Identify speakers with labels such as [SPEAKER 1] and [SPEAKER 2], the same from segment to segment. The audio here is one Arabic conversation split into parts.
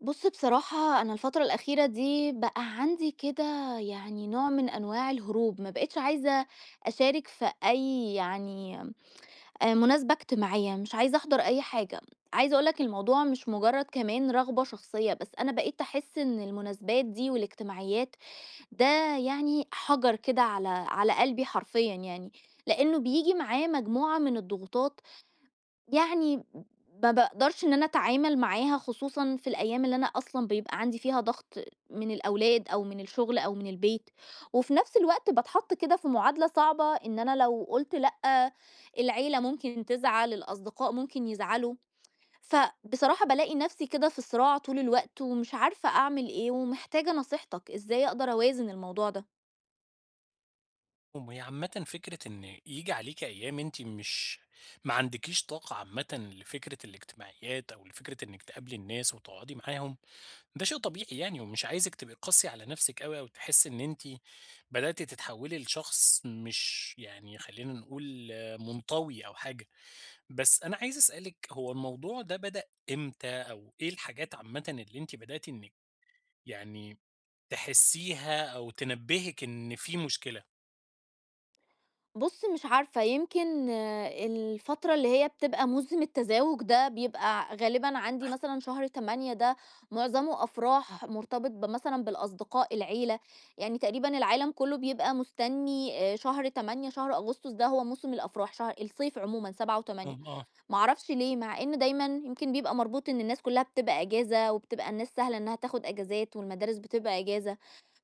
[SPEAKER 1] بُص بصراحة أنا الفترة الأخيرة دي بقى عندي كده يعني نوع من أنواع الهروب، ما بقيتش عايزة أشارك في أي يعني مناسبة اجتماعية، مش عايزة أحضر أي حاجة. عايزة أقول لك الموضوع مش مجرد كمان رغبة شخصية، بس أنا بقيت أحس إن المناسبات دي والاجتماعيات ده يعني حجر كده على قلبي حرفيًا يعني، لإنه بييجي معاه مجموعة من الضغوطات يعني ما باقدرش إن أنا أتعامل معاها خصوصًا في الأيام اللي أنا أصلًا بيبقى عندي فيها ضغط من الأولاد أو من الشغل أو من البيت، وفي نفس الوقت باتحط كده في معادلة صعبة إن أنا لو قُلت لأ، العيلة ممكن تزعل، الأصدقاء ممكن يزعلوا، فبصراحة بالاقي نفسي كده في صراع طول الوقت ومش عارفة أعمل إيه ومحتاجة نصيحتك إزاي أقدر أوازن الموضوع ده.
[SPEAKER 2] وهي عامةً فكرة إن ييجي عليكِ أيام أنتِ مش ما عندكيش طاقة عامةً لفكرة الاجتماعيات أو لفكرة إنِّك تقابلي الناس وتقعدي معاهم. ده شيء طبيعي يعني، ومش عايزِك تبقي قاسية على نفسِك أوي، أو تحسّي إن أنتِ بدأتِ تتحوّلي لشخص، مش يعني، خلّينا نقول آه، منطوي أو حاجة. بس أنا عايز أسألِك، هو الموضوع ده بدأ إمتى؟ أو إيه الحاجات عامةً اللي أنتِ بدأتِ إنِّك يعني تحسّيها أو تنبّهِك إن في مشكلة؟
[SPEAKER 1] بُص مش عارفة، يمكن آه، الفترة اللي هي بتبقى موسم التزاوج ده بيبقى غالبًا عندي مثلًا شهر 8 ده معظمه أفراح مرتبط ب مثلًا بالأصدقاء، العيلة، يعني تقريبًا العالم كله بيبقى مستني شهر 8 شهر أغسطس ده هو موسم الأفراح، شهر الصيف عمومًا 7 و8.
[SPEAKER 2] آه.
[SPEAKER 1] ما أعرفش ليه، مع إن دايمًا يمكن بيبقى مربوط إن الناس كلها بتبقى إجازة وبتبقى الناس سهلة إنها تاخد إجازات والمدارس بتبقى إجازة.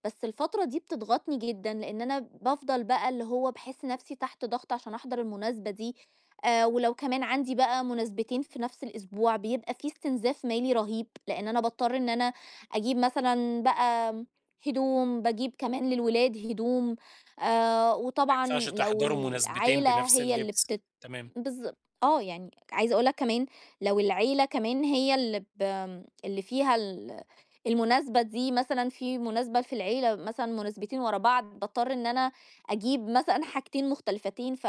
[SPEAKER 1] بس الفترة دي بتضغطني جدًا، لإن أنا بافضل بقى اللي هو باحس نفسي تحت ضغط عشان أحضر المناسبة دي، ولو كمان عندي بقى مناسبتين في نفس الأسبوع، بيبقى في استنزاف مالي رهيب، لإن أنا باضطر إن أنا أجيب مثلًا بقى هدوم، باجيب كمان للولاد هدوم،
[SPEAKER 2] ما
[SPEAKER 1] وطبعًا
[SPEAKER 2] ينفعش
[SPEAKER 1] لو
[SPEAKER 2] تحضروا مناسبتين
[SPEAKER 1] العيلة
[SPEAKER 2] بنفس
[SPEAKER 1] هي اللي
[SPEAKER 2] اللبس.
[SPEAKER 1] بت
[SPEAKER 2] تمام.
[SPEAKER 1] بالضب آه، يعني عايزة أقول لك كمان لو العيلة كمان هي اللي ب اللي فيها ال المناسبة دي مثلًا في مناسبة في العيلة مثلًا مناسبتين ورا بعض، باضطر إن أنا أجيب مثلًا حاجتين مختلفتين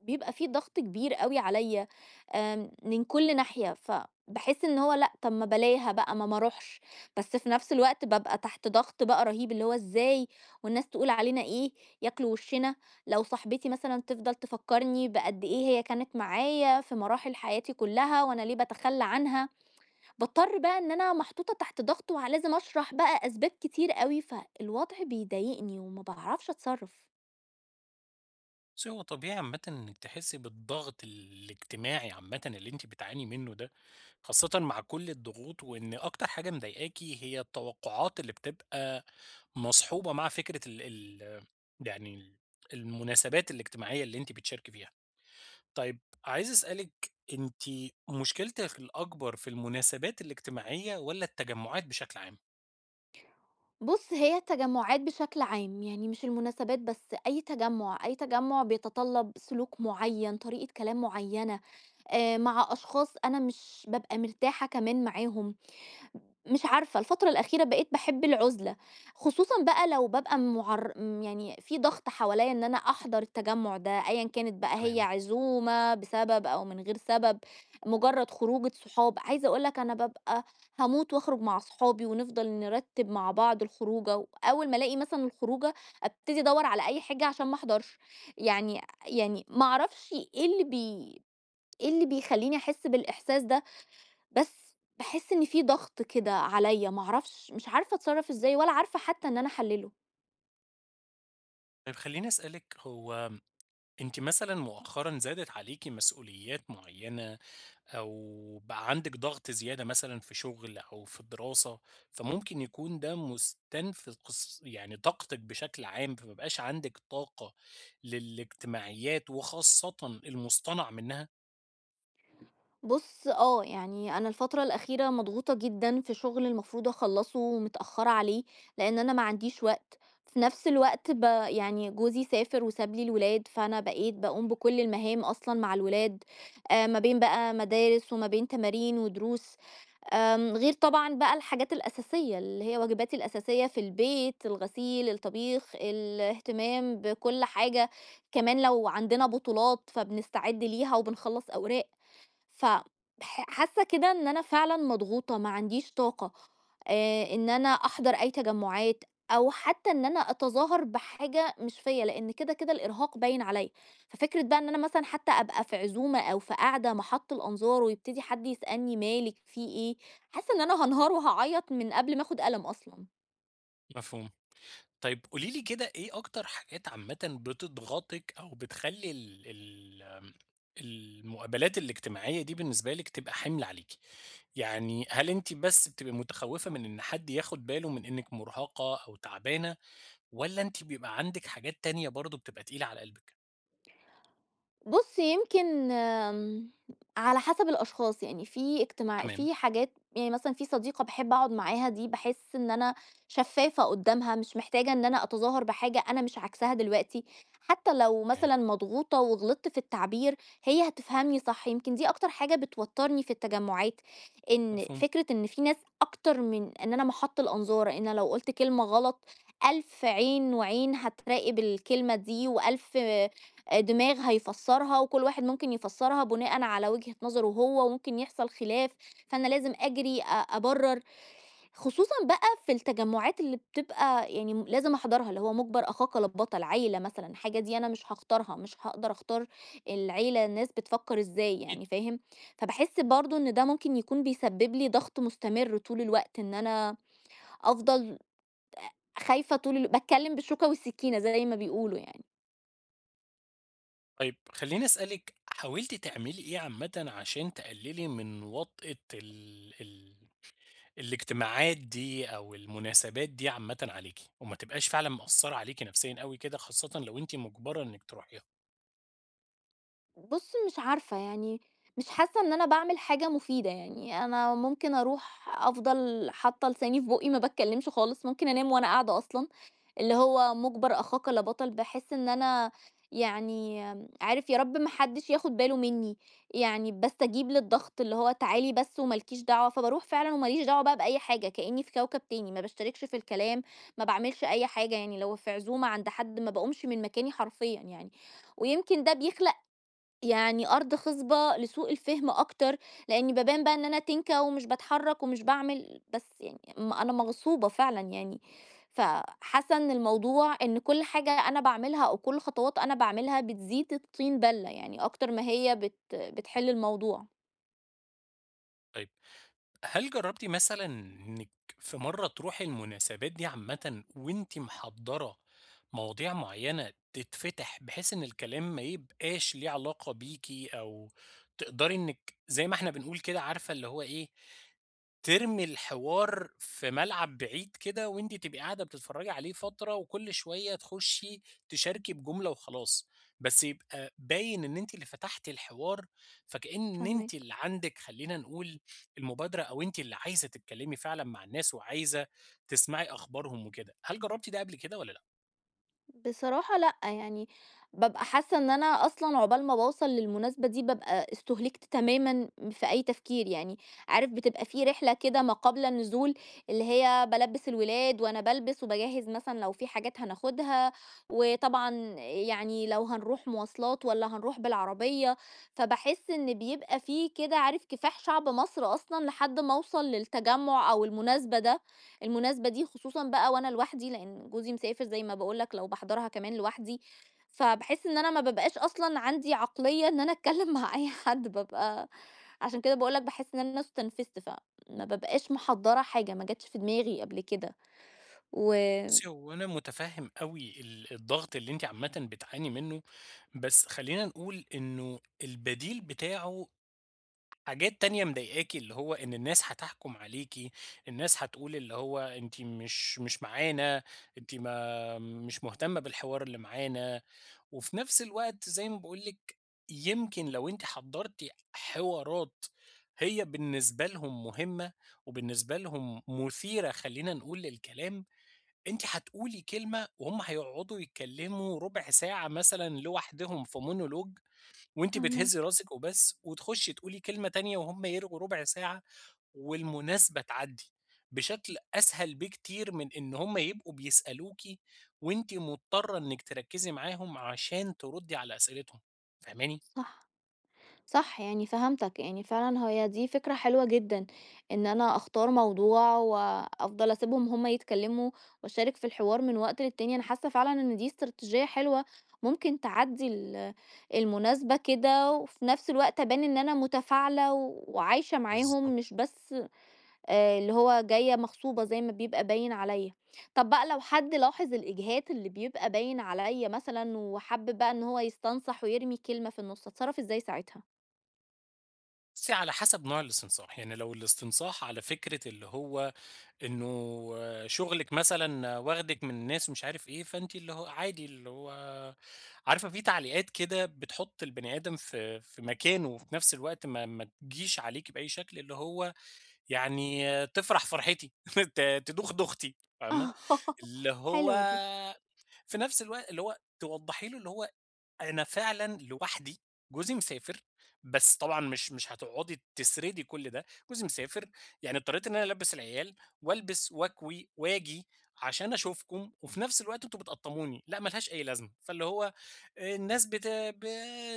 [SPEAKER 1] بيبقى في ضغط كبير أوي عليّا من كل ناحية، فباحس إن هو لأ، طب ما بلاها بقى، ما أروحش، بس في نفس الوقت بابقى تحت ضغط بقى رهيب، اللي هو إزاي والناس تقول علينا إيه، ياكلوا وشنا، لو صاحبتي مثلًا تفضل تفكّرني بقد إيه هي كانت معايا في مراحل حياتي كلّها وأنا ليه باتخلّى عنها، باضطر بقى إن أنا محطوطة تحت ضغط ولازم أشرح بقى أسباب كتير أوي، فالوضع بيضايقني وما باعرفش أتصرّف.
[SPEAKER 2] بُصّي، هو طبيعي عامةً إنِّك تحسّي بالضغط الاجتماعي عامةً اللي أنتِ بتعاني منّه ده، خاصةً مع كل الضغوط، وإن أكتر حاجة مضايقاكِ هي التوقُّعات اللي بتبقى مصحوبة مع فكرة ال ال يعني المناسبات الاجتماعية اللي أنتِ بتشاركي فيها. طيب، عايز أسألِك، أنتِ مشكلتِك الأكبر في المناسبات الاجتماعية والّا التجمُّعات بشكل عام؟
[SPEAKER 1] بُص، هي التجمعات بشكل عام، يعني مش المناسبات بس، أي تجمُّع، أي تجمُّع بيتطلّب سلوك معيّن، طريقة كلام معيّنة، مع أشخاص أنا مش بابقى مرتاحة كمان معاهم، مش عارفة، الفترة الأخيرة بقيت باحب العُزلة، خصوصًا بقى لو بابقى مُعر م يعني في ضغط حواليّا إن أنا أحضر التجمُّع ده أيًا كانت بقى هي
[SPEAKER 2] تمام.
[SPEAKER 1] عزومة بسبب أو من غير سبب، مُجرّد خروجة صحاب، عايزة أقول لك أنا بابقى هاموت وأخرج مع صحابي ونفضل نرتّب مع بعض الخروجة، وأول ما ألاقي مثلًا الخروجة أبتدي أدوّر على أي حِجة عشان ما أحضرش، يعني يعني ما أعرفش إيه اللي إيه اللي بيخلّيني أحس بالإحساس ده بس باحس إن في ضغط كده عليّا ما أعرفش، مش عارفة أتصرّف إزاي ولا عارفة حتى إن أنا أحلّله.
[SPEAKER 2] طيب، خلّيني أسألِك، هو أنتِ مثلًا مؤخرًا زادت عليكِ مسؤوليات معيّنة، أو بقى عندِك ضغط زيادة مثلًا في شغل أو في الدراسة، فممكن يكون ده مُستنفذ يعني طاقتِك بشكل عام، فما بقاش عندِك طاقة للاجتماعيات، وخاصةً المُصطنع منها؟
[SPEAKER 1] بُص آه، يعني أنا الفترة الأخيرة مضغوطة جدًا في شغل المفروض أخلّصه ومتأخّرة عليه، لإن أنا ما عنديش وقت، في نفس الوقت يعني جوزي سافر وساب لي الولاد، فأنا بقيت باقوم بكل المهام أصلًا مع الولاد، ما بين بقى مدارس وما بين تمارين ودروس. غير طبعًا بقى الحاجات الأساسية، اللي هي واجباتي الأساسية في البيت، الغسيل، الطبيخ، الاهتمام بكل حاجة، كمان لو عندنا بطولات فبنستعد ليها وبنخلّص أوراق. ف بح حاسة كده إن أنا فعلًا مضغوطة، ما عنديش طاقة إن أنا أحضر أي تجمعات، أو حتى إن أنا أتظاهر بحاجة مش فيّا، لإن كده، كده الإرهاق باين عليّا. ففكرة بقى إن أنا مثلًا حتى أبقى في عزومة أو في قعدة محط الأنظار ويبتدي حد يسألني مالِك، في إيه، حاسة إن أنا هانهار وهاعيط من قبل ما آخد قلم أصلًا.
[SPEAKER 2] مفهوم. طيب قولي لي كده، إيه أكتر حاجات عامةً بتضغطِك، أو بتخلّي ال ال آمم، المقابلات الاجتماعية دي بالنسبة لِك تبقى حِمل عليكِ؟ يعني هل أنتِ بس بتبقي متخوّفة من إن حد ياخد باله من إنِّك مرهقة أو تعبانة، والّا أنتِ بيبقى عندِك حاجات تانية برضه بتبقى تقيلة على قلبِك؟
[SPEAKER 1] بُص يمكن على حسب الأشخاص، يعني في اجتماع
[SPEAKER 2] تمام.
[SPEAKER 1] في حاجات يعني مثلًا في صديقة باحب أقعد معاها دي باحس إن أنا شفافة قدّامها، مش محتاجة إن أنا أتظاهر بحاجة أنا مش عاكساها دلوقتي، حتى لو
[SPEAKER 2] أوكي.
[SPEAKER 1] مثلًا مضغوطة وغلطت في التعبير هي هتفهمني صح، يمكن دي أكتر حاجة بتوترني في التجمعات، إن
[SPEAKER 2] مفهوم.
[SPEAKER 1] فكرة إن في ناس أكتر من إن أنا محَط الأنظار، إن أنا لو قُلت كلمة غلط 1000 عين وعين هتراقب الكلمة دي و1000 دماغ هيفسّرها وكل واحد ممكن يفسّرها بناءً على وجهة نظره هو وممكن يحصل خلاف، فأنا لازم أجري أبرّر، خصوصًا بقى في التجمعات اللي بتبقى يعني م لازم أحضرها، اللي هو مُجبَر أخاك للبطل، عيلة مثلًا، الحاجة دي أنا مش هاختارها، مش هاقدر أختار العيلة الناس بتفكّر إزاي
[SPEAKER 2] أكيد.
[SPEAKER 1] يعني فاهم؟ فباحس برضه إن ده ممكن يكون بيسبب لي ضغط مستمر طول الوقت، إن أنا أفضل خايفة طول ال باتكلّم بالشوكة والسكينة زي ما بيقولوا يعني.
[SPEAKER 2] طيب خلّيني أسألِك، حاولتِ تعملي إيه عامةً عشان تقلّلي من وطأة ال ال الاجتماعات دي أو المناسبات دي عامةً عليكِ، وما تبقاش فعلًا مأثّرة عليكِ نفسيًا أوي كده، خاصةً لو أنتِ مُجبرة إنِّك تروحيها؟
[SPEAKER 1] بُص مش عارفة يعني، مش حاسة إن أنا باعمل حاجة مفيدة، يعني أنا ممكن أروح أفضل حاطة لساني في بُقّي ما باتكلمش خالص، ممكن أنام وأنا قاعدة أصلًا، اللي هو مُجبر أخاك لا بطل، باحس إن أنا يعني عارف يا رب ما حدش ياخد باله مني، يعني باستجيب للضغط اللي هو تعالي بس وما لكيش دعوة، فباروح فعلًا وما ليش دعوة بقى بأي حاجة، كأني في كوكب تاني، ما باشتركش في الكلام، ما باعملش أي حاجة، يعني لو في عزومة عند حد ما باقومش من مكاني حرفيًا يعني، ويمكن ده بيخلق يعني أرض خصبة لسوء الفهم أكتر، لإني بابان بقى إن أنا تِنكة ومش باتحرّك ومش باعمل، بس يعني م أنا مغصوبة فعلًا يعني، فحاسة إن الموضوع إن كل حاجة أنا باعملها أو كل خطوات أنا باعملها بتزيد الطين بَلّة يعني أكتر ما هي بتحِل الموضوع.
[SPEAKER 2] طيب، هل جربتِ مثلًا إنِّك في مرة تروحي المناسبات دي عامةً وأنتِ محضّرة مواضيع معيّنة تتفتح، بحيث إن الكلام ما يبقاش ليه علاقة بيكِ، أو تقدري إنِّك زي ما إحنا بنقول كده، عارفة اللي هو إيه، ترمي الحوار في ملعب بعيد كده، وأنتِ تبقي قاعدة بتتفرّجي عليه فترة، وكل شوية تخشّي تشاركي بجملة وخلاص، بس يبقى باين إن أنتِ اللي فتحتِ الحوار، فكأن
[SPEAKER 1] فاهماك.
[SPEAKER 2] أنتِ اللي عندِك، خلّينا نقول، المبادرة، أو أنتِ اللي عايزة تتكلمي فعلًا مع الناس وعايزة تسمعي أخبارهم وكده. هل جرّبتِ ده قبل كده والّا لأ؟
[SPEAKER 1] بصراحة لأ، يعني بابقى حاسة إن أنا أصلًا عقبال ما باوصل للمناسبة دي بابقى استهلكت تمامًا في أي تفكير، يعني عارف بتبقى في رحلة كده ما قبل النزول، اللي هي بالبّس الولاد وأنا بالبس وباجهّز مثلًا لو في حاجات هناخدها، وطبعًا يعني لو هنروح مواصلات والّا هنروح بالعربية، فباحس إن بيبقى في كده عارف كفاح شعب مصر أصلًا لحد ما أوصل للتجمُّع أو المناسبة ده. المناسبة دي خصوصًا بقى وأنا لوحدي، لإن جوزي مسافر زي ما باقول لك لو باحضرها كمان لوحدي، فباحس إن أنا ما بابقاش أصلًا عندي عقلية إن أنا أتكلم مع أي حد، عشان كده باقول لك باحس إن أنا استنفذت، فما بابقاش محضرة حاجة، ما جاتش في دماغي قبل كده و
[SPEAKER 2] بُصّي، هو أنا متفهم أوي الضغط اللي أنتِ عامةً بتعاني منه، بس خلّينا نقول إنه البديل بتاعه حاجات تانية مضايقاكِ، اللي هو إن الناس هتحكم عليكِ، الناس هتقول اللي هو أنتِ مش معانا، أنتِ ما مش مهتمة بالحوار اللي معانا. وفي نفس الوقت، زي ما باقول لِك، يمكن لو أنتِ حضّرتِ حوارات هي بالنسبة لهم مهمة، وبالنسبة لهم مثيرة، خلّينا نقول، للكلام، أنتِ هتقولي كلمة وهُم هيقعدوا يتكلموا ربع ساعة مثلًا لوحدهم في monologue، وأنتِ بتهزّي
[SPEAKER 1] فاهماك،
[SPEAKER 2] راسِك وبس، وتخشّي تقولي كلمة تانية وهُم يرغوا ربع ساعة. والمناسبة تعدّي بشكل أسهل بكتير من إن هم يبقوا بيسألوكِ، وأنتِ مضطرة إنِّك تركّزي معاهم عشان تردّي على أسئلتهم. فاهماني؟
[SPEAKER 1] صح. صح، يعني فهمتك، يعني فعلًا هي دي فكرة حلوة جدًا، إن أنا أختار موضوع وأفضل أسيبهم هم يتكلموا وأشارك في الحوار من وقت للتاني، أنا حاسة فعلًا إن دي استراتيجية حلوة ممكن تعدّي المناسبة كده، وفي نفس الوقت أبان إن أنا متفاعلة وعايشة
[SPEAKER 2] بالضبط.
[SPEAKER 1] معاهم مش بس اللي هو جاية مغصوبة زي ما بيبقى باين عليَّ. طب بقى لو حد لاحظ الإجهاد اللي بيبقى باين عليَّ مثلًا وحَب بقى إن هو يستنصح ويرمي كلمة في النُص، أتصرف إزاي ساعتها؟
[SPEAKER 2] بُصّي، على حسب نوع الاستنصاح. يعني لو الاستنصاح على فكرة اللي هو إنه شغلِك مثلًا واخدِك من الناس ومش عارف إيه، فأنتِ اللي هو عادي، اللي هو عارفة، في تعليقات كده بتحُط البني آدم في مكانه، وفي نفس الوقت ما تجيش عليكِ بأي شكل، اللي هو يعني تفرح فرحتي، ت تدوخ دوختي، فاهمة؟ اللي هو
[SPEAKER 1] حلوة دي.
[SPEAKER 2] في نفس الوقت اللي هو توضّحي له اللي هو أنا فعلًا لوحدي، جوزي مسافر، بس طبعًا مش هتقعدي تسردي كل ده، جوزي مسافر، يعني اضطريت إن أنا ألبّس العيال والبس واكوي واجي عشان أشوفكم، وفي نفس الوقت أنتم بتقطّموني، لأ، ما لهاش أي لازمة. فاللي هو الناس بت ب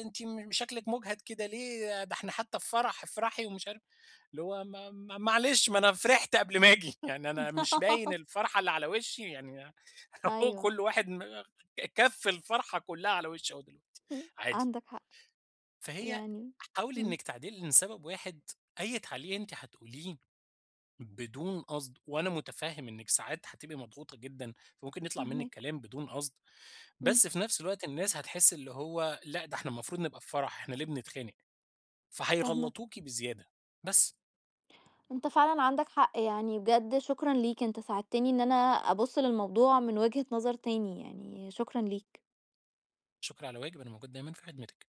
[SPEAKER 2] أنتِ شكلِك مُجهد كده ليه، ده إحنا حتى في فرح، افرحي ومش عارف اللي هو ما ما معلش، ما أنا فرحت قبل ما آجي، يعني أنا مش باين الفرحة اللي على وشّي، يعني أهو،
[SPEAKER 1] أيوه،
[SPEAKER 2] كل واحد م كَف الفرحة كلّها على وشّي أهو دلوقتي، عادي.
[SPEAKER 1] عندك حق،
[SPEAKER 2] فهي،
[SPEAKER 1] يعني
[SPEAKER 2] حاولي
[SPEAKER 1] إمم،
[SPEAKER 2] إنِّك تعدلي من سبب واحد أي تعليق أنتِ هتقوليه بدون قصد، وأنا متفهّم إنِّك ساعات هتبقي مضغوطة جدًا، فممكن يطلع منِّك
[SPEAKER 1] فاهماك،
[SPEAKER 2] كلام بدون قصد،
[SPEAKER 1] إمم،
[SPEAKER 2] بس في نفس الوقت الناس هتحس اللي هو لأ، ده إحنا المفروض نبقى في فرح، إحنا ليه بنتخانق؟
[SPEAKER 1] فاهماك.
[SPEAKER 2] فهيغلطوكِ بزيادة. بس.
[SPEAKER 1] أنت فعلًا عندك حق، يعني بجد شكرًا ليك، أنت ساعدتني إن أنا أبُص للموضوع من وجهة نظر تاني يعني، شكرًا ليك.
[SPEAKER 2] شكر على واجب، أنا موجود دايمًا في خدمتِك.